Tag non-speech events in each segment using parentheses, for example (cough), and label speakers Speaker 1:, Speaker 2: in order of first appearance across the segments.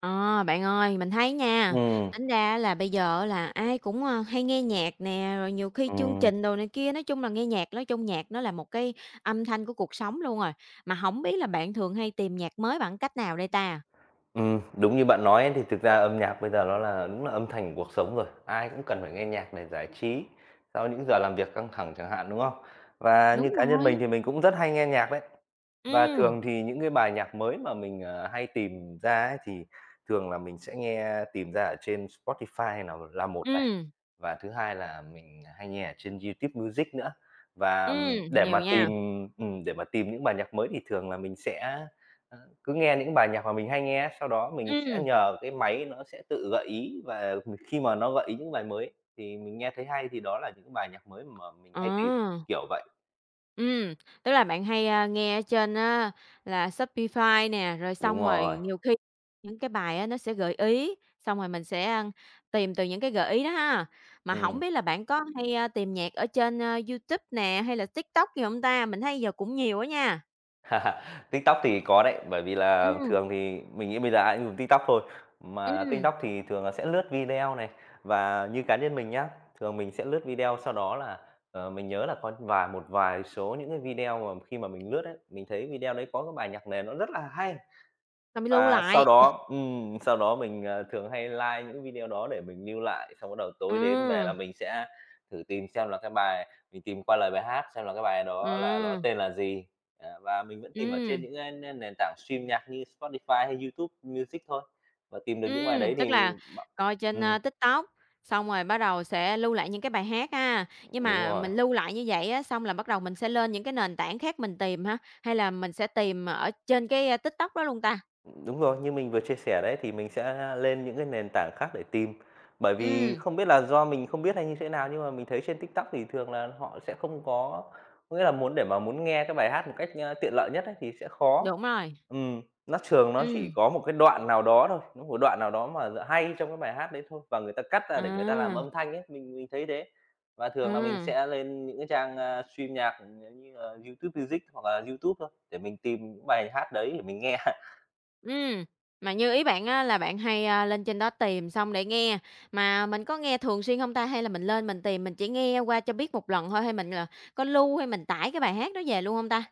Speaker 1: Ờ, bạn ơi, mình thấy nha,
Speaker 2: Ừm,
Speaker 1: tính ra là bây giờ là ai cũng, hay nghe nhạc nè, rồi nhiều khi chương
Speaker 2: ừm,
Speaker 1: trình đồ này kia, nói chung là nghe nhạc nói chung nhạc nó là một cái âm thanh của cuộc sống luôn rồi. Mà không biết là bạn thường hay tìm nhạc mới bằng cách nào đây ta?
Speaker 2: đúng như bạn nói ấy, thì thực ra âm nhạc bây giờ nó là đúng là âm thanh của cuộc sống rồi, ai cũng cần phải nghe nhạc để giải trí sau những giờ làm việc căng thẳng chẳng hạn, đúng không? Và như
Speaker 1: Đúng
Speaker 2: cá nhân
Speaker 1: rồi.
Speaker 2: mình thì mình cũng rất hay nghe nhạc đấy, và
Speaker 1: Ừm,
Speaker 2: thường thì những cái bài nhạc mới mà mình, hay tìm ra ấy, thì thường là mình sẽ nghe tìm ra ở trên Spotify là một này.
Speaker 1: ừm,
Speaker 2: Và thứ hai là mình hay nghe ở trên YouTube Music nữa. Và,
Speaker 1: ừm,
Speaker 2: để
Speaker 1: nhiều
Speaker 2: mà
Speaker 1: nha.
Speaker 2: tìm để mà tìm những bài nhạc mới thì thường là mình sẽ, ơ, cứ nghe những bài nhạc mà mình hay nghe, sau đó mình sẽ
Speaker 1: Ừm,
Speaker 2: nhờ cái máy nó sẽ tự gợi ý, và khi mà nó gợi ý những bài mới thì mình nghe thấy hay thì đó là những bài nhạc mới mà mình
Speaker 1: ờ.
Speaker 2: hay tìm, kiểu vậy.
Speaker 1: Ừm, tức là bạn hay, nghe ở trên á là Spotify nè, rồi
Speaker 2: Đúng
Speaker 1: xong rồi
Speaker 2: rồi.
Speaker 1: nhiều khi những cái bài á nó sẽ gợi ý, xong rồi mình sẽ, tìm từ những cái gợi ý đó ha. Mà không
Speaker 2: Ừm.
Speaker 1: biết là bạn có hay, tìm nhạc ở trên, YouTube nè, hay là TikTok gì hông ta? Mình thấy giờ cũng nhiều á nha.
Speaker 2: (laughs) TikTok thì có đấy, bởi vì là thường thì mình nghĩ bây giờ ai cũng dùng TikTok thôi. Mà
Speaker 1: Ừm,
Speaker 2: TikTok thì thường là sẽ lướt video này, và như cá nhân mình nhá, thường mình sẽ lướt video sau đó là, mình nhớ là có một vài số những cái video mà khi mà mình lướt ấy, mình thấy video đấy có cái bài nhạc nền nó rất là hay.
Speaker 1: rồi mình lưu
Speaker 2: Và
Speaker 1: lại.
Speaker 2: sau đó mình, thường hay like những video đó để mình lưu lại, xong bắt đầu tối đến về là
Speaker 1: Ừm,
Speaker 2: mình sẽ thử tìm xem là cái bài mình tìm qua lời bài hát xem là cái bài đó là nó
Speaker 1: ừm,
Speaker 2: tên là gì. Ờ, và mình vẫn tìm ở trên
Speaker 1: ừm.
Speaker 2: những cái nền nền tảng stream nhạc như Spotify hay YouTube Music thôi, và tìm được những bài đấy thì
Speaker 1: Tức là
Speaker 2: b
Speaker 1: coi trên,
Speaker 2: ừm,
Speaker 1: TikTok, xong rồi bắt đầu sẽ lưu lại những cái bài hát ha. Nhưng
Speaker 2: đúng
Speaker 1: mà
Speaker 2: rồi.
Speaker 1: mình lưu lại như vậy á, xong là bắt đầu mình sẽ lên những cái nền tảng khác mình tìm hả? Hay là mình sẽ tìm ở trên cái, TikTok đó luôn ta?
Speaker 2: Đúng rồi, như mình vừa chia sẻ đấy thì mình sẽ lên những cái nền tảng khác để tìm. Bởi vì
Speaker 1: Ừm,
Speaker 2: không biết là do mình không biết hay như thế nào nhưng mà mình thấy trên TikTok thì thường là họ sẽ không có, có nghĩa là muốn để mà muốn nghe cái bài hát một cách, tiện lợi nhất ấy thì sẽ khó.
Speaker 1: đúng rồi,
Speaker 2: Nó thường nó chỉ
Speaker 1: ừm,
Speaker 2: có một cái đoạn nào đó thôi, nó một đoạn nào đó mà hay trong cái bài hát đấy thôi và người ta cắt ra để người ta làm
Speaker 1: à,
Speaker 2: âm thanh ấy, mình thấy thế. Và thường là mình
Speaker 1: à,
Speaker 2: sẽ lên những cái trang, stream nhạc, như là YouTube Music hoặc là YouTube thôi để mình tìm những bài hát đấy để mình nghe.
Speaker 1: ừm. Mà như ý bạn á là bạn hay, lên trên đó tìm xong để nghe, mà mình có nghe thường xuyên hông ta? Hay là mình lên mình tìm mình chỉ nghe qua cho biết một lần thôi, hay mình là có lưu hay mình tải cái bài hát đó về luôn hông ta?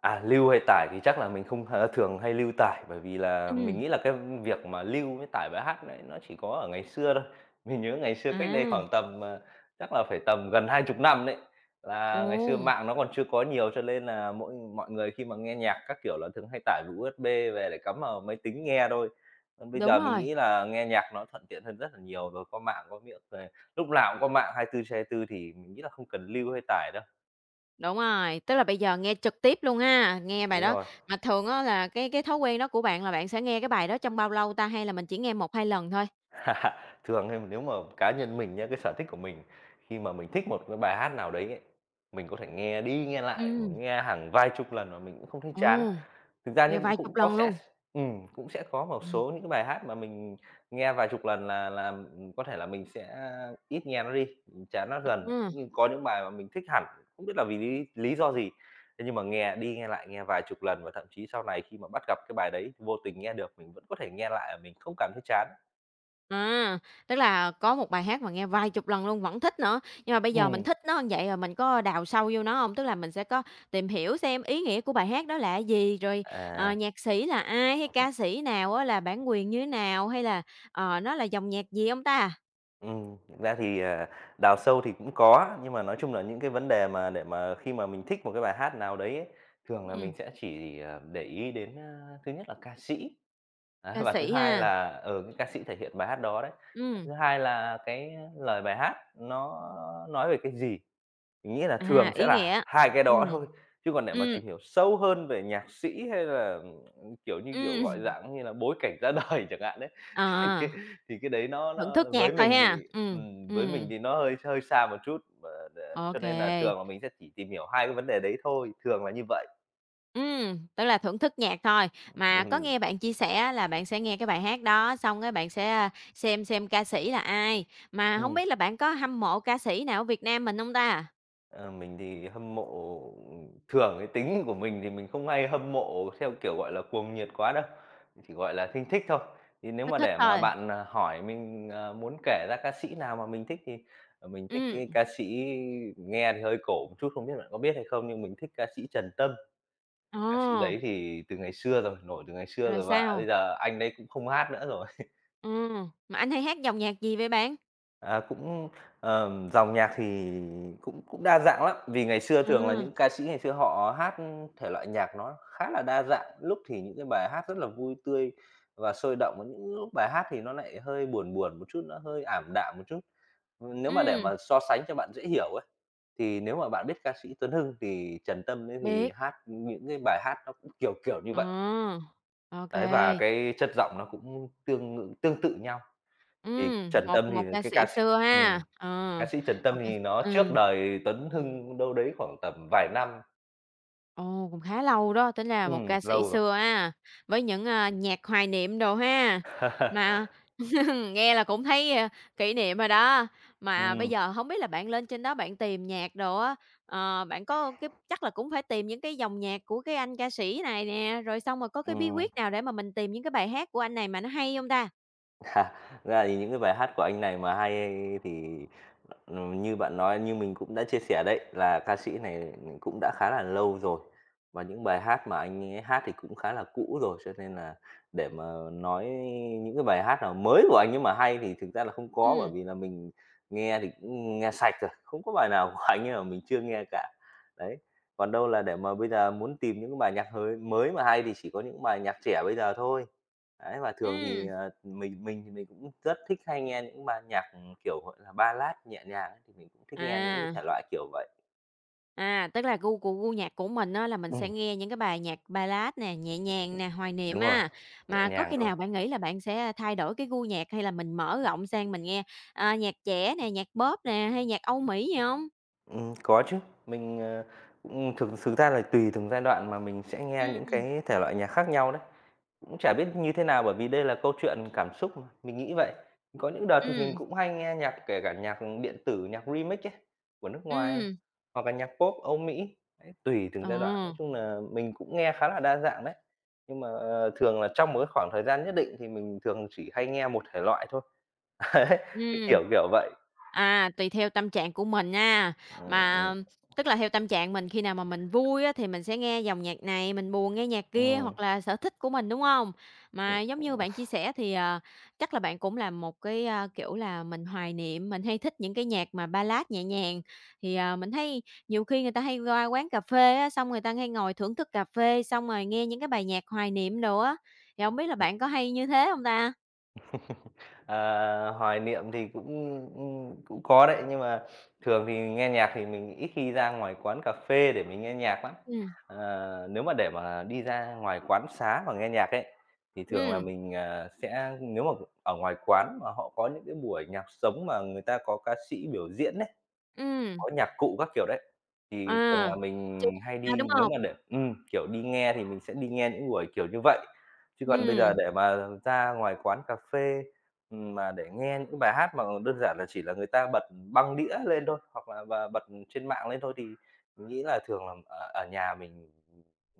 Speaker 2: À, lưu hay tải thì chắc là mình không thường hay lưu tải, bởi vì là mình
Speaker 1: Ừm,
Speaker 2: nghĩ là cái việc mà lưu với tải bài hát này nó chỉ có ở ngày xưa thôi. Mình nhớ ngày xưa cách đây khoảng
Speaker 1: à.
Speaker 2: tầm, chắc là phải tầm gần hai chục năm đấy,
Speaker 1: Ồ,
Speaker 2: là ngày xưa mạng nó còn chưa có nhiều, cho nên là mỗi mọi người khi mà nghe nhạc các kiểu là thường hay tải vào USB về để cắm vào máy tính nghe thôi. Còn bây
Speaker 1: đúng
Speaker 2: giờ mình
Speaker 1: rồi,
Speaker 2: nghĩ là nghe nhạc nó thuận tiện hơn rất là nhiều rồi, có mạng, có miệng về lúc nào cũng có mạng hai hai mươi tư trên hai mươi 24 thì mình nghĩ là không cần lưu hay tải đâu.
Speaker 1: đúng rồi, tức là bây giờ nghe trực tiếp luôn ha, nghe bài
Speaker 2: Đúng
Speaker 1: đó.
Speaker 2: rồi.
Speaker 1: Mà thường á là cái thói quen đó của bạn là bạn sẽ nghe cái bài đó trong bao lâu ta, hay là mình chỉ nghe một 2 lần thôi?
Speaker 2: (laughs) Thường thì nếu mà cá nhân mình nhá, cái sở thích của mình, khi mà mình thích một cái bài hát nào đấy ấy, mình có thể nghe đi nghe lại, mà
Speaker 1: Ừ,
Speaker 2: nghe hàng vài chục lần mà mình cũng không thấy chán.
Speaker 1: ồ,
Speaker 2: Thực ra
Speaker 1: nghe
Speaker 2: nhưng
Speaker 1: vài chục
Speaker 2: cũng có
Speaker 1: lần
Speaker 2: sẽ
Speaker 1: luôn.
Speaker 2: cũng sẽ có một
Speaker 1: Ừ,
Speaker 2: số những cái bài hát mà mình nghe vài chục lần là, có thể là mình sẽ ít nghe nó đi, mình chán nó dần.
Speaker 1: ừm,
Speaker 2: Nhưng có những bài mà mình thích hẳn, không biết là vì lý lý do gì, thế nhưng mà nghe đi nghe lại, nghe vài chục lần và thậm chí sau này khi mà bắt gặp cái bài đấy, vô tình nghe được, mình vẫn có thể nghe lại và mình không cảm thấy chán.
Speaker 1: à, tức là có một bài hát mà nghe vài chục lần luôn, vẫn thích nữa. Nhưng mà bây giờ mình
Speaker 2: Ừm.
Speaker 1: thích nó như vậy rồi mình có đào sâu vô nó không? Tức là mình sẽ có tìm hiểu xem ý nghĩa của bài hát đó là gì, rồi,
Speaker 2: À,
Speaker 1: nhạc sĩ là ai, hay ca sĩ nào á, là bản quyền như thế nào, hay là, nó là dòng nhạc gì hông ta?
Speaker 2: thực ra thì, đào sâu thì cũng có, nhưng mà nói chung là những cái vấn đề mà để mà khi mà mình thích một cái bài hát nào đấy ấy, thường là mình
Speaker 1: Ừm,
Speaker 2: sẽ chỉ, để ý đến, thứ nhất là ca sĩ, đấy,
Speaker 1: ca
Speaker 2: và thứ
Speaker 1: sĩ ha.
Speaker 2: hai là, ở cái ca sĩ thể hiện bài hát đó đấy. Và
Speaker 1: Ừm,
Speaker 2: thứ hai là cái lời bài hát nó nói về cái gì, mình nghĩ là thường
Speaker 1: ý
Speaker 2: sẽ là
Speaker 1: nghĩa.
Speaker 2: hai cái đó
Speaker 1: Ừm.
Speaker 2: thôi. Chứ còn để mà
Speaker 1: Ừm,
Speaker 2: tìm hiểu sâu hơn về nhạc sĩ hay là, kiểu như, gọi
Speaker 1: ừm,
Speaker 2: dạng như là bối cảnh ra (laughs) đời chẳng hạn đấy, Thì cái
Speaker 1: à,
Speaker 2: thì cái đấy nó
Speaker 1: thưởng
Speaker 2: nó
Speaker 1: thức nhạc
Speaker 2: với
Speaker 1: thôi
Speaker 2: mình
Speaker 1: ha.
Speaker 2: thì nó hơi hơi xa một chút, mà để
Speaker 1: Ô
Speaker 2: cho nên
Speaker 1: kê.
Speaker 2: là thường là mình sẽ chỉ tìm hiểu 2 cái vấn đề đấy thôi, thường là như vậy.
Speaker 1: Tức là thưởng thức nhạc thôi. Mà có
Speaker 2: Ừm,
Speaker 1: nghe bạn chia sẻ á là bạn sẽ nghe cái bài hát đó, xong cái bạn sẽ, xem ca sĩ là ai. Mà hổng
Speaker 2: ừm,
Speaker 1: biết là bạn có hâm mộ ca sĩ nào ở Việt Nam mình hông ta?
Speaker 2: ờ, mình thì hâm mộ, thường cái tính của mình thì mình không hay hâm mộ theo kiểu, gọi là, cuồng nhiệt quá đâu, chỉ, gọi là, thinh thích thôi. Thì nếu
Speaker 1: Thích
Speaker 2: mà
Speaker 1: thích
Speaker 2: để mà
Speaker 1: thôi.
Speaker 2: bạn, à, hỏi mình, à, muốn kể ra ca sĩ nào mà mình thích thì, mình thích
Speaker 1: Ừm,
Speaker 2: cái ca sĩ nghe thì hơi cổ một chút, không biết bạn có biết hay không nhưng mình thích ca sĩ Trần Tâm.
Speaker 1: ồ,
Speaker 2: Ca sĩ đấy thì từ ngày xưa rồi, nổi từ ngày xưa
Speaker 1: rồi
Speaker 2: rồi và bây
Speaker 1: sao?
Speaker 2: giờ anh đấy cũng không hát nữa rồi.
Speaker 1: Mà anh hay hát dòng nhạc gì vậy bạn?
Speaker 2: À, cũng, dòng nhạc thì cũng cũng đa dạng lắm, vì ngày xưa thường là
Speaker 1: À,
Speaker 2: những ca sĩ ngày xưa họ hát thể loại nhạc nó khá là đa dạng, lúc thì những cái bài hát rất là vui tươi và sôi động, và những lúc bài hát thì nó lại hơi buồn buồn một chút, nó hơi ảm đạm một chút. Nếu mà để mà
Speaker 1: ừm,
Speaker 2: so sánh cho bạn dễ hiểu ấy, thì nếu mà bạn biết ca sĩ Tuấn Hưng thì Trần Tâm ấy thì
Speaker 1: biết.
Speaker 2: hát những cái bài hát nó cũng kiểu, kiểu như
Speaker 1: Ờ,
Speaker 2: vậy.
Speaker 1: ok
Speaker 2: Đấy, và
Speaker 1: kê.
Speaker 2: cái chất giọng nó cũng tương tự nhau. Thì Trần
Speaker 1: Một
Speaker 2: Tâm thì
Speaker 1: một ca
Speaker 2: cái
Speaker 1: sĩ xưa
Speaker 2: ừm,
Speaker 1: ha. Ờ,
Speaker 2: ca sĩ Trần
Speaker 1: một
Speaker 2: Tâm
Speaker 1: ca
Speaker 2: thì nó trước
Speaker 1: ừm,
Speaker 2: đời Tuấn Hưng đâu đấy khoảng tầm vài năm.
Speaker 1: ồ, cũng khá lâu đó, tính ra là một ca sĩ
Speaker 2: Lâu rồi.
Speaker 1: xưa ha, với những, nhạc hoài niệm đồ ha,
Speaker 2: (laughs)
Speaker 1: mà (laughs) nghe là cũng thấy, kỷ niệm rồi đó. Mà bây
Speaker 2: Ừm,
Speaker 1: giờ hổng biết là bạn lên trên đó bạn tìm nhạc đồ á, bạn có cái chắc là cũng phải tìm những cái dòng nhạc của cái anh ca sĩ này nè, rồi xong rồi có cái bí quyết
Speaker 2: ừm.
Speaker 1: nào để mà mình tìm những cái bài hát của anh này mà nó hay hông ta?
Speaker 2: À, ra thì những cái bài hát của anh này mà hay thì, như bạn nói, như mình cũng đã chia sẻ đấy, là ca sĩ này cũng đã khá là lâu rồi, và những bài hát mà anh ấy hát thì cũng khá là cũ rồi, cho nên là để mà nói những cái bài hát nào mới của anh ấy mà hay thì thực ra là không có, bởi
Speaker 1: Ừm,
Speaker 2: vì là mình nghe thì cũng nghe sạch rồi, không có bài nào của anh ấy mà mình chưa nghe cả. Đấy, còn đâu là để mà bây giờ muốn tìm những cái bài nhạc hơi mới mà hay thì chỉ có những bài nhạc trẻ bây giờ thôi. Đấy, và thường thì,
Speaker 1: ừm,
Speaker 2: mình thì mình cũng rất thích hay nghe những ban nhạc, kiểu, gọi là, Ballad nhẹ nhàng ấy, thì mình cũng thích nghe những cái thể
Speaker 1: à.
Speaker 2: loại kiểu vậy.
Speaker 1: À, tức là gu của gu nhạc của mình á là mình sẽ
Speaker 2: Ừm,
Speaker 1: nghe những cái bài nhạc ballad nè, nhẹ nhàng nè, hoài niệm
Speaker 2: đúng rồi,
Speaker 1: á.
Speaker 2: nhẹ
Speaker 1: Mà có
Speaker 2: nhàng
Speaker 1: khi
Speaker 2: thôi.
Speaker 1: nào bạn nghĩ là bạn sẽ thay đổi cái gu nhạc hay là mình mở rộng sang mình nghe, nhạc trẻ nè, nhạc pop nè, hay nhạc Âu Mỹ gì không?
Speaker 2: Có chứ, mình, thực thực ra là tùy từng giai đoạn mà mình sẽ nghe những
Speaker 1: Ừm,
Speaker 2: cái thể loại nhạc khác nhau đấy. Cũng chả biết như thế nào bởi vì đây là câu chuyện cảm xúc mà, mình nghĩ vậy. Có những đợt thì mình
Speaker 1: ừm,
Speaker 2: cũng hay nghe nhạc kể cả nhạc điện tử, nhạc remix ấy, của nước ngoài
Speaker 1: ừm,
Speaker 2: hoặc là nhạc pop Âu Mỹ, đấy, tùy từng
Speaker 1: ờ,
Speaker 2: giai đoạn. Nói chung là mình cũng nghe khá là đa dạng đấy, nhưng mà, thường là trong một cái khoảng thời gian nhất định thì mình thường chỉ hay nghe một thể loại thôi, (laughs) đấy,
Speaker 1: ừm.
Speaker 2: kiểu, kiểu vậy.
Speaker 1: À, tùy theo tâm trạng của mình nha.
Speaker 2: Ừm,
Speaker 1: Mà
Speaker 2: ừm,
Speaker 1: tức là theo tâm trạng mình khi nào mà mình vui á, thì mình sẽ nghe dòng nhạc này, mình buồn nghe nhạc kia
Speaker 2: ừm,
Speaker 1: hoặc là sở thích của mình, đúng không?
Speaker 2: ừm,
Speaker 1: Mà giống như
Speaker 2: ừm.
Speaker 1: bạn chia sẻ thì, chắc là bạn cũng là một cái, kiểu là, mình hoài niệm, mình hay thích những cái nhạc mà ballad nhẹ nhàng. Thì, mình thấy nhiều khi người ta hay qua quán cà phê á, xong người ta hay ngồi thưởng thức cà phê, xong rồi nghe những cái bài nhạc hoài niệm đồ á, thì hổng biết là bạn có hay như thế không ta?
Speaker 2: Ờ, hoài niệm thì cũng có đấy, nhưng mà thường thì nghe nhạc thì mình ít khi ra ngoài quán cà phê để mình nghe nhạc lắm.
Speaker 1: Ừ
Speaker 2: Nếu mà để mà đi ra ngoài quán xá mà nghe nhạc ấy, thì thường là
Speaker 1: ừ
Speaker 2: mình, sẽ nếu mà ở ngoài quán mà họ có những cái buổi nhạc sống mà người ta có ca sĩ biểu diễn ấy,
Speaker 1: ừm.
Speaker 2: có nhạc cụ các kiểu đấy, thì thường
Speaker 1: À,
Speaker 2: là
Speaker 1: chưa
Speaker 2: mình hay
Speaker 1: ra,
Speaker 2: đi
Speaker 1: đúng
Speaker 2: nếu
Speaker 1: hông?
Speaker 2: mà để kiểu, đi nghe thì mình sẽ đi nghe những buổi kiểu như vậy. Chứ còn bây giờ
Speaker 1: Ừm,
Speaker 2: để mà ra ngoài quán cà phê, mà để nghe những bài hát mà đơn giản là chỉ là người ta bật băng đĩa lên thôi, hoặc là và bật trên mạng lên thôi thì mình nghĩ là thường là ở ở nhà mình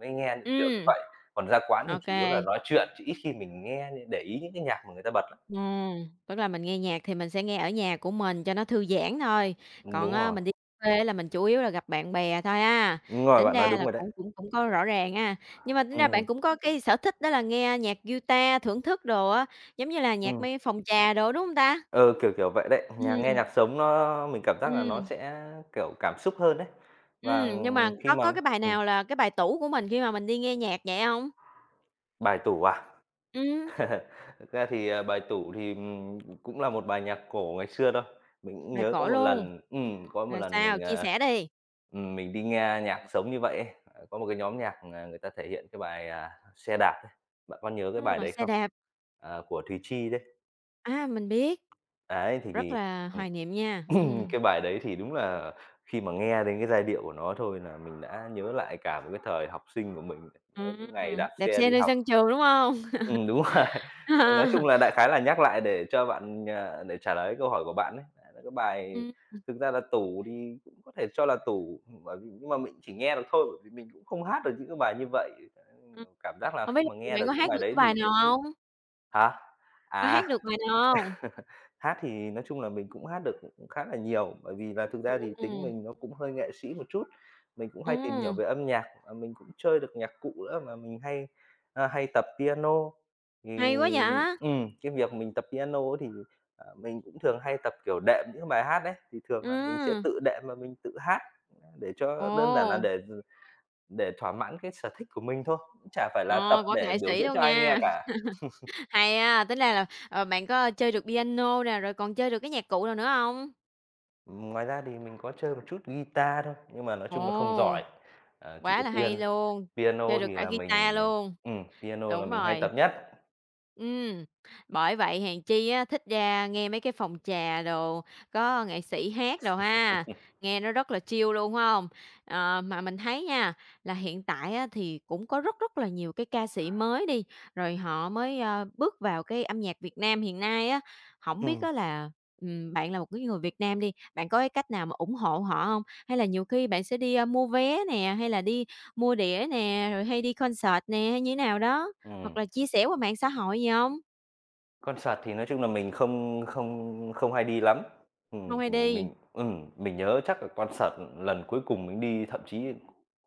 Speaker 2: mới nghe những kiểu
Speaker 1: ừm,
Speaker 2: như vậy. Còn ra quán thì
Speaker 1: ô
Speaker 2: chủ
Speaker 1: kê,
Speaker 2: yếu là nói chuyện, chứ ít khi mình nghe để ý những cái nhạc mà người ta bật lắm.
Speaker 1: ừm, tức là mình nghe nhạc thì mình sẽ nghe ở nhà của mình cho nó thư giãn thôi, còn
Speaker 2: Đúng
Speaker 1: á
Speaker 2: rồi,
Speaker 1: mình đi cà phê là mình chủ yếu là gặp bạn bè thôi ha.
Speaker 2: đúng rồi,
Speaker 1: Tính
Speaker 2: bạn
Speaker 1: ra
Speaker 2: nói đúng
Speaker 1: là
Speaker 2: rồi đấy.
Speaker 1: cũng cũng cũng có rõ ràng ha, nhưng mà tính ra bạn
Speaker 2: Ừm,
Speaker 1: cũng có cái sở thích đó là nghe nhạc guitar, thưởng thức đồ á, giống như là nhạc
Speaker 2: ừm.
Speaker 1: mấy phòng trà đồ, đúng hông ta?
Speaker 2: Kiểu vậy đấy. Nhà nghe
Speaker 1: Ừm,
Speaker 2: nhạc sống nó mình cảm giác là nó
Speaker 1: ừm,
Speaker 2: sẽ, kiểu, cảm xúc hơn đấy. Và
Speaker 1: nhưng mà
Speaker 2: khi mà
Speaker 1: có cái bài
Speaker 2: ừm,
Speaker 1: nào là cái bài tủ của mình khi mà mình đi nghe nhạc vậy hông?
Speaker 2: bài tủ à?
Speaker 1: Ừm.
Speaker 2: (laughs) Thực ra thì, bài tủ thì, cũng là một bài nhạc cổ ngày xưa thôi. Mình cũng
Speaker 1: Bài
Speaker 2: nhớ
Speaker 1: cổ luôn.
Speaker 2: có một
Speaker 1: Rồi
Speaker 2: lần
Speaker 1: sao? Chia sẻ đi.
Speaker 2: mình đi nghe nhạc sống như vậy ấy, có một cái nhóm nhạc, người ta thể hiện cái bài, "Xe đạp" ấy. Bạn có nhớ cái bài
Speaker 1: Ờ,
Speaker 2: đấy
Speaker 1: xe
Speaker 2: không?
Speaker 1: đạp,
Speaker 2: Của Thùy Chi đấy.
Speaker 1: mình biết,
Speaker 2: Đấy, thì,
Speaker 1: rất là
Speaker 2: ừm
Speaker 1: hoài niệm nha.
Speaker 2: cái bài đấy thì đúng là khi mà nghe đến cái giai điệu của nó thôi là mình đã nhớ lại cả một cái thời học sinh của mình,
Speaker 1: À,
Speaker 2: nhớ những ngày đạp
Speaker 1: đạp
Speaker 2: xe
Speaker 1: xe
Speaker 2: đi
Speaker 1: nơi
Speaker 2: học.
Speaker 1: sân trường, đúng hông? (laughs)
Speaker 2: Đúng rồi. (laughs)
Speaker 1: Ờ,
Speaker 2: Nói chung là đại khái là nhắc lại để cho bạn, để trả lời câu hỏi của bạn ấy, đấy là cái bài
Speaker 1: ừm,
Speaker 2: thực ra là tủ thì cũng có thể cho là tủ, bởi vì nhưng mà mình chỉ nghe được thôi, bởi vì mình cũng không hát được những cái bài như vậy.
Speaker 1: ừm,
Speaker 2: Cảm giác là
Speaker 1: hổng biết
Speaker 2: khi
Speaker 1: là
Speaker 2: mà
Speaker 1: vậy
Speaker 2: nghe
Speaker 1: bạn
Speaker 2: được
Speaker 1: có
Speaker 2: những
Speaker 1: hát
Speaker 2: bài
Speaker 1: được cái
Speaker 2: đấy
Speaker 1: bài
Speaker 2: thì
Speaker 1: nào hông?
Speaker 2: hả?
Speaker 1: Có
Speaker 2: À.
Speaker 1: hát được bài nào hông?
Speaker 2: (laughs) Hát thì nói chung là mình cũng hát được cũng khá là nhiều, bởi vì là thực ra thì tính
Speaker 1: Ừm,
Speaker 2: mình nó cũng hơi nghệ sĩ một chút, mình cũng hay tìm hiểu
Speaker 1: ừm,
Speaker 2: về âm nhạc, mình cũng chơi được nhạc cụ nữa mà mình hay, hay tập piano. Thì
Speaker 1: hay quá vậy!
Speaker 2: cái việc mình tập piano ấy thì, mình cũng thường hay tập, kiểu, đệm những bài hát đấy, thì thường là mình sẽ
Speaker 1: Ừm,
Speaker 2: tự đệm và mình tự hát, để
Speaker 1: ồ,
Speaker 2: cho đơn giản là để thỏa mãn cái sở thích của mình thôi, cũng chả phải là tập
Speaker 1: ờ, quả
Speaker 2: để
Speaker 1: nghệ
Speaker 2: biểu
Speaker 1: sĩ
Speaker 2: diễn
Speaker 1: luôn
Speaker 2: cho ai nghe
Speaker 1: nha.
Speaker 2: cả.
Speaker 1: (laughs) Hay á, tính ra là, bạn có chơi được piano nè, rồi còn chơi được cái nhạc cụ nào nữa hông?
Speaker 2: Ngoài ra thì mình có chơi một chút guitar thôi, nhưng mà nói chung là không
Speaker 1: Ồ.
Speaker 2: giỏi, chỉ
Speaker 1: Quá
Speaker 2: có
Speaker 1: là hay luôn, chơi
Speaker 2: piano
Speaker 1: được
Speaker 2: thì
Speaker 1: cả
Speaker 2: là
Speaker 1: guitar
Speaker 2: mình,
Speaker 1: luôn.
Speaker 2: piano là
Speaker 1: Đúng
Speaker 2: mình hay
Speaker 1: rồi.
Speaker 2: tập nhất.
Speaker 1: Ừm, bởi vậy hèn chi á, thích ra nghe mấy cái phòng trà đồ, có nghệ sĩ hát đồ ha, nghe nó rất là chill luôn, phải hông? Mà mình thấy nha, là hiện tại á, thì cũng có rất rất là nhiều cái ca sĩ mới đi, rồi họ mới, bước vào cái âm nhạc Việt Nam hiện nay á. Không biết
Speaker 2: Ừm,
Speaker 1: á là, bạn là một cái người Việt Nam đi, bạn có cái cách nào mà ủng hộ họ không? Hay là nhiều khi bạn sẽ đi, mua vé nè, hay là đi mua đĩa nè, rồi hay đi concert nè, hay như thế nào đó? Hoặc
Speaker 2: ừm.
Speaker 1: là chia sẻ qua mạng xã hội gì hông?
Speaker 2: Con sạt thì nói chung là mình không không không hay đi lắm.
Speaker 1: Hông hay đi.
Speaker 2: Mình nhớ chắc là con sạt lần cuối cùng mình đi thậm chí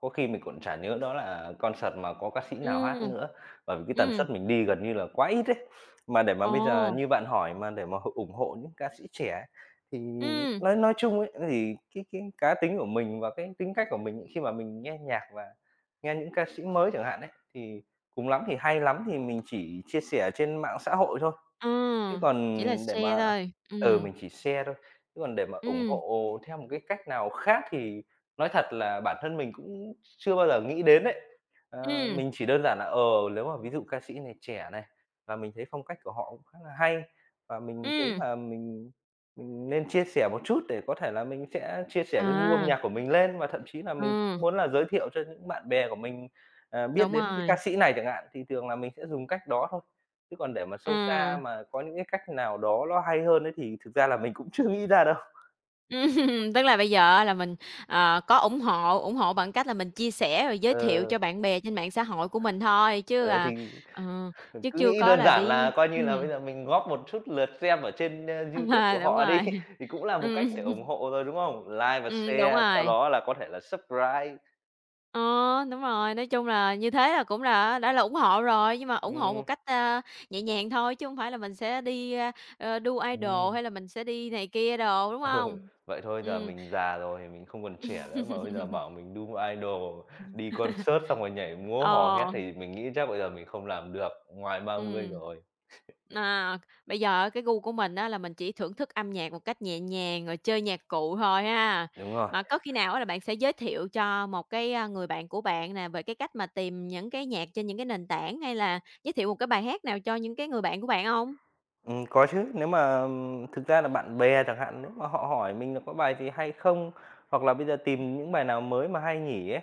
Speaker 2: có khi mình còn chả nhớ đó là con sạt mà có ca sĩ nào hát
Speaker 1: Ừm,
Speaker 2: nữa, bởi vì cái tần
Speaker 1: ừm,
Speaker 2: suất mình đi gần như là quá ít ấy. Mà để mà
Speaker 1: ồ,
Speaker 2: bây giờ như bạn hỏi mà để mà ủng hộ những ca sĩ trẻ ấy, thì
Speaker 1: ừm,
Speaker 2: nói chung ấy, thì cái cá tính của mình và cái tính cách của mình khi mà mình nghe nhạc và nghe những ca sĩ mới chẳng hạn ấy, thì cùng lắm thì hay lắm thì mình chỉ chia sẻ trên mạng xã hội thôi.
Speaker 1: ờ,
Speaker 2: Chứ còn
Speaker 1: chỉ là
Speaker 2: để
Speaker 1: share
Speaker 2: mà
Speaker 1: thôi.
Speaker 2: mình chỉ share thôi, chứ còn để mà ủng
Speaker 1: Ừm,
Speaker 2: hộ theo một cái cách nào khác thì nói thật là bản thân mình cũng chưa bao giờ nghĩ đến đấy.
Speaker 1: ừm,
Speaker 2: Mình chỉ đơn giản là, nếu mà ví dụ ca sĩ này trẻ này, và mình thấy phong cách của họ cũng khá là hay, và mình thấy
Speaker 1: ừm,
Speaker 2: là mình nên chia sẻ một chút để có thể là mình sẽ chia sẻ cái gu âm
Speaker 1: à,
Speaker 2: nhạc của mình lên, và thậm chí là mình
Speaker 1: ừ,
Speaker 2: cũng muốn là giới thiệu cho những bạn bè của mình, biết
Speaker 1: đúng
Speaker 2: đến cái ca
Speaker 1: rồi,
Speaker 2: sĩ này chẳng hạn, thì thường là mình sẽ dùng cách đó thôi. Chứ còn để mà
Speaker 1: ừ,
Speaker 2: sâu xa
Speaker 1: ừm,
Speaker 2: mà có những cái cách nào đó nó hay hơn ấy thì thực ra là mình cũng chưa nghĩ ra đâu.
Speaker 1: (laughs) tức là bây giờ á là mình, có ủng hộ bằng cách là mình chia sẻ rồi giới
Speaker 2: Ờ,
Speaker 1: thiệu cho bạn bè trên mạng xã hội của mình thôi, chứ,
Speaker 2: ờ, thì
Speaker 1: ờ, chứ
Speaker 2: cứ
Speaker 1: chưa
Speaker 2: nghĩ
Speaker 1: có
Speaker 2: đơn
Speaker 1: là
Speaker 2: giản
Speaker 1: đi
Speaker 2: là coi như là bây giờ mình góp một chút lượt xem ở trên,
Speaker 1: (laughs)
Speaker 2: YouTube của
Speaker 1: đúng
Speaker 2: họ đi,
Speaker 1: rồi,
Speaker 2: (laughs) thì cũng là một cách để
Speaker 1: ừm,
Speaker 2: ủng hộ rồi, đúng không? Like và
Speaker 1: đúng
Speaker 2: share, sau
Speaker 1: rồi.
Speaker 2: đó là có thể là subscribe.
Speaker 1: Ờ, đúng rồi, nói chung là như thế là cũng là đã là ủng hộ rồi, nhưng mà ủng hộ một
Speaker 2: Ừm,
Speaker 1: cách, nhẹ nhàng thôi chứ không phải là mình sẽ đi, đu idol
Speaker 2: ừm,
Speaker 1: hay là mình sẽ đi này kia đồ, đúng
Speaker 2: ừ,
Speaker 1: không?
Speaker 2: Vậy thôi giờ
Speaker 1: Ừm.
Speaker 2: mình già rồi thì mình không còn trẻ nữa, mà bây giờ bảo mình đu idol, đi
Speaker 1: (laughs)
Speaker 2: concert xong rồi nhảy múa hò
Speaker 1: Ờ,
Speaker 2: hét thì mình nghĩ chắc bây giờ mình không làm được, ngoài 30
Speaker 1: ừm.
Speaker 2: rồi.
Speaker 1: À, bây giờ á cái gu của mình á là mình chỉ thưởng thức âm nhạc một cách nhẹ nhàng rồi chơi nhạc cụ thôi ha.
Speaker 2: Đúng rồi.
Speaker 1: Mà có khi nào á là bạn sẽ giới thiệu cho một cái, người bạn của bạn nè về cái cách mà tìm những cái nhạc trên những cái nền tảng hay là giới thiệu một cái bài hát nào cho những cái người bạn của bạn không?
Speaker 2: Có chứ, nếu mà thực ra là bạn bè chẳng hạn, nếu mà họ hỏi mình là có bài gì hay không, hoặc là bây giờ tìm những bài nào mới mà hay nhỉ ấy,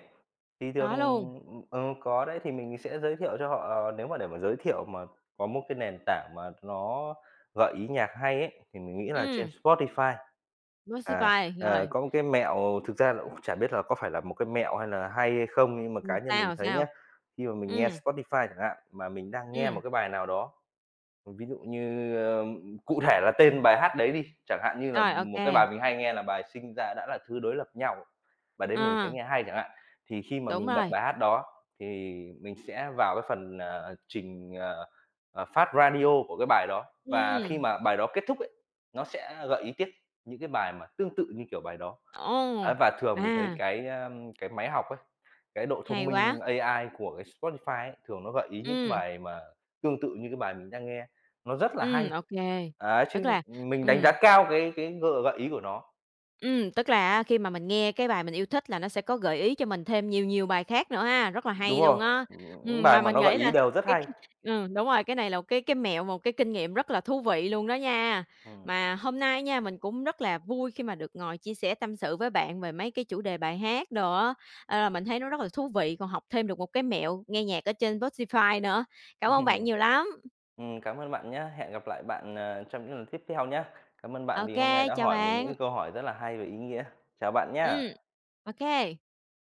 Speaker 2: thì thường
Speaker 1: Có luôn,
Speaker 2: có đấy, thì mình sẽ giới thiệu cho họ. Ờ, Nếu mà để mà giới thiệu mà có một cái nền tảng mà nó gợi ý nhạc hay ấy, thì mình nghĩ là trên
Speaker 1: ừm,
Speaker 2: Spotify. À,
Speaker 1: Musify, rồi,
Speaker 2: có một cái mẹo thực ra là cũng chả biết là có phải là một cái mẹo hay là hay hay không, nhưng mà cá nhân mình
Speaker 1: sao,
Speaker 2: thấy
Speaker 1: sao?
Speaker 2: nhá, khi mà mình nghe
Speaker 1: Ừm,
Speaker 2: Spotify chẳng hạn, mà mình đang nghe một
Speaker 1: ừm,
Speaker 2: cái bài nào đó. Ví dụ như, cụ thể là tên bài hát đấy đi, chẳng hạn như là
Speaker 1: ô
Speaker 2: một cái
Speaker 1: kê,
Speaker 2: bài mình hay nghe là bài "Sinh ra đã là thứ đối lập nhau", bài đấy mình thấy
Speaker 1: ờ,
Speaker 2: nghe hay chẳng hạn. Thì khi mà
Speaker 1: đúng
Speaker 2: mình bật
Speaker 1: rồi,
Speaker 2: bài hát đó thì mình sẽ vào cái phần, trình, phát radio của cái bài đó, và khi
Speaker 1: ừm,
Speaker 2: mà bài đó kết thúc ấy, nó sẽ gợi ý tiếp những cái bài mà tương tự như kiểu bài đó. Ấy,
Speaker 1: ồ,
Speaker 2: và thường mình thấy
Speaker 1: à,
Speaker 2: cái máy học ấy, cái độ
Speaker 1: hay
Speaker 2: thông minh
Speaker 1: quá,
Speaker 2: AI của cái Spotify ấy, thường nó gợi ý những cái
Speaker 1: ừm,
Speaker 2: bài mà tương tự như cái bài mình đang nghe. Nó rất là hay.
Speaker 1: ô kê.
Speaker 2: Ấy,
Speaker 1: Tức
Speaker 2: chứ
Speaker 1: là
Speaker 2: mình đánh giá
Speaker 1: ừm.
Speaker 2: cao cái gợi gợi ý của nó.
Speaker 1: Tức là á khi mà mình nghe cái bài mình yêu thích là nó sẽ có gợi ý cho mình thêm nhiều nhiều bài khác nữa ha, rất là
Speaker 2: Đúng
Speaker 1: hay luôn
Speaker 2: rồi,
Speaker 1: á.
Speaker 2: những
Speaker 1: Mà
Speaker 2: bài mà
Speaker 1: mình
Speaker 2: nó gợi
Speaker 1: nghĩ
Speaker 2: ý
Speaker 1: là
Speaker 2: đều rất
Speaker 1: cái
Speaker 2: hay.
Speaker 1: cái đúng rồi, cái này là một cái mẹo, một cái kinh nghiệm rất là thú vị luôn đó nha.
Speaker 2: Ừm.
Speaker 1: Mà hôm nay nha, mình cũng rất là vui khi mà được ngồi chia sẻ tâm sự với bạn về mấy cái chủ đề bài hát đồ á, là mình thấy nó rất là thú vị, còn học thêm được một cái mẹo nghe nhạc ở trên Spotify nữa. Cảm ơn bạn
Speaker 2: Ừm,
Speaker 1: nhiều lắm.
Speaker 2: (laughs) Cảm ơn bạn nhé, hẹn gặp lại bạn, trong những lần tiếp theo nhé. Cảm ơn bạn
Speaker 1: Ok,
Speaker 2: vì hôm nay đã
Speaker 1: chào
Speaker 2: hỏi mình
Speaker 1: bạn.
Speaker 2: những câu hỏi rất là hay và ý nghĩa. Chào bạn
Speaker 1: Ừm,
Speaker 2: nhé.
Speaker 1: ô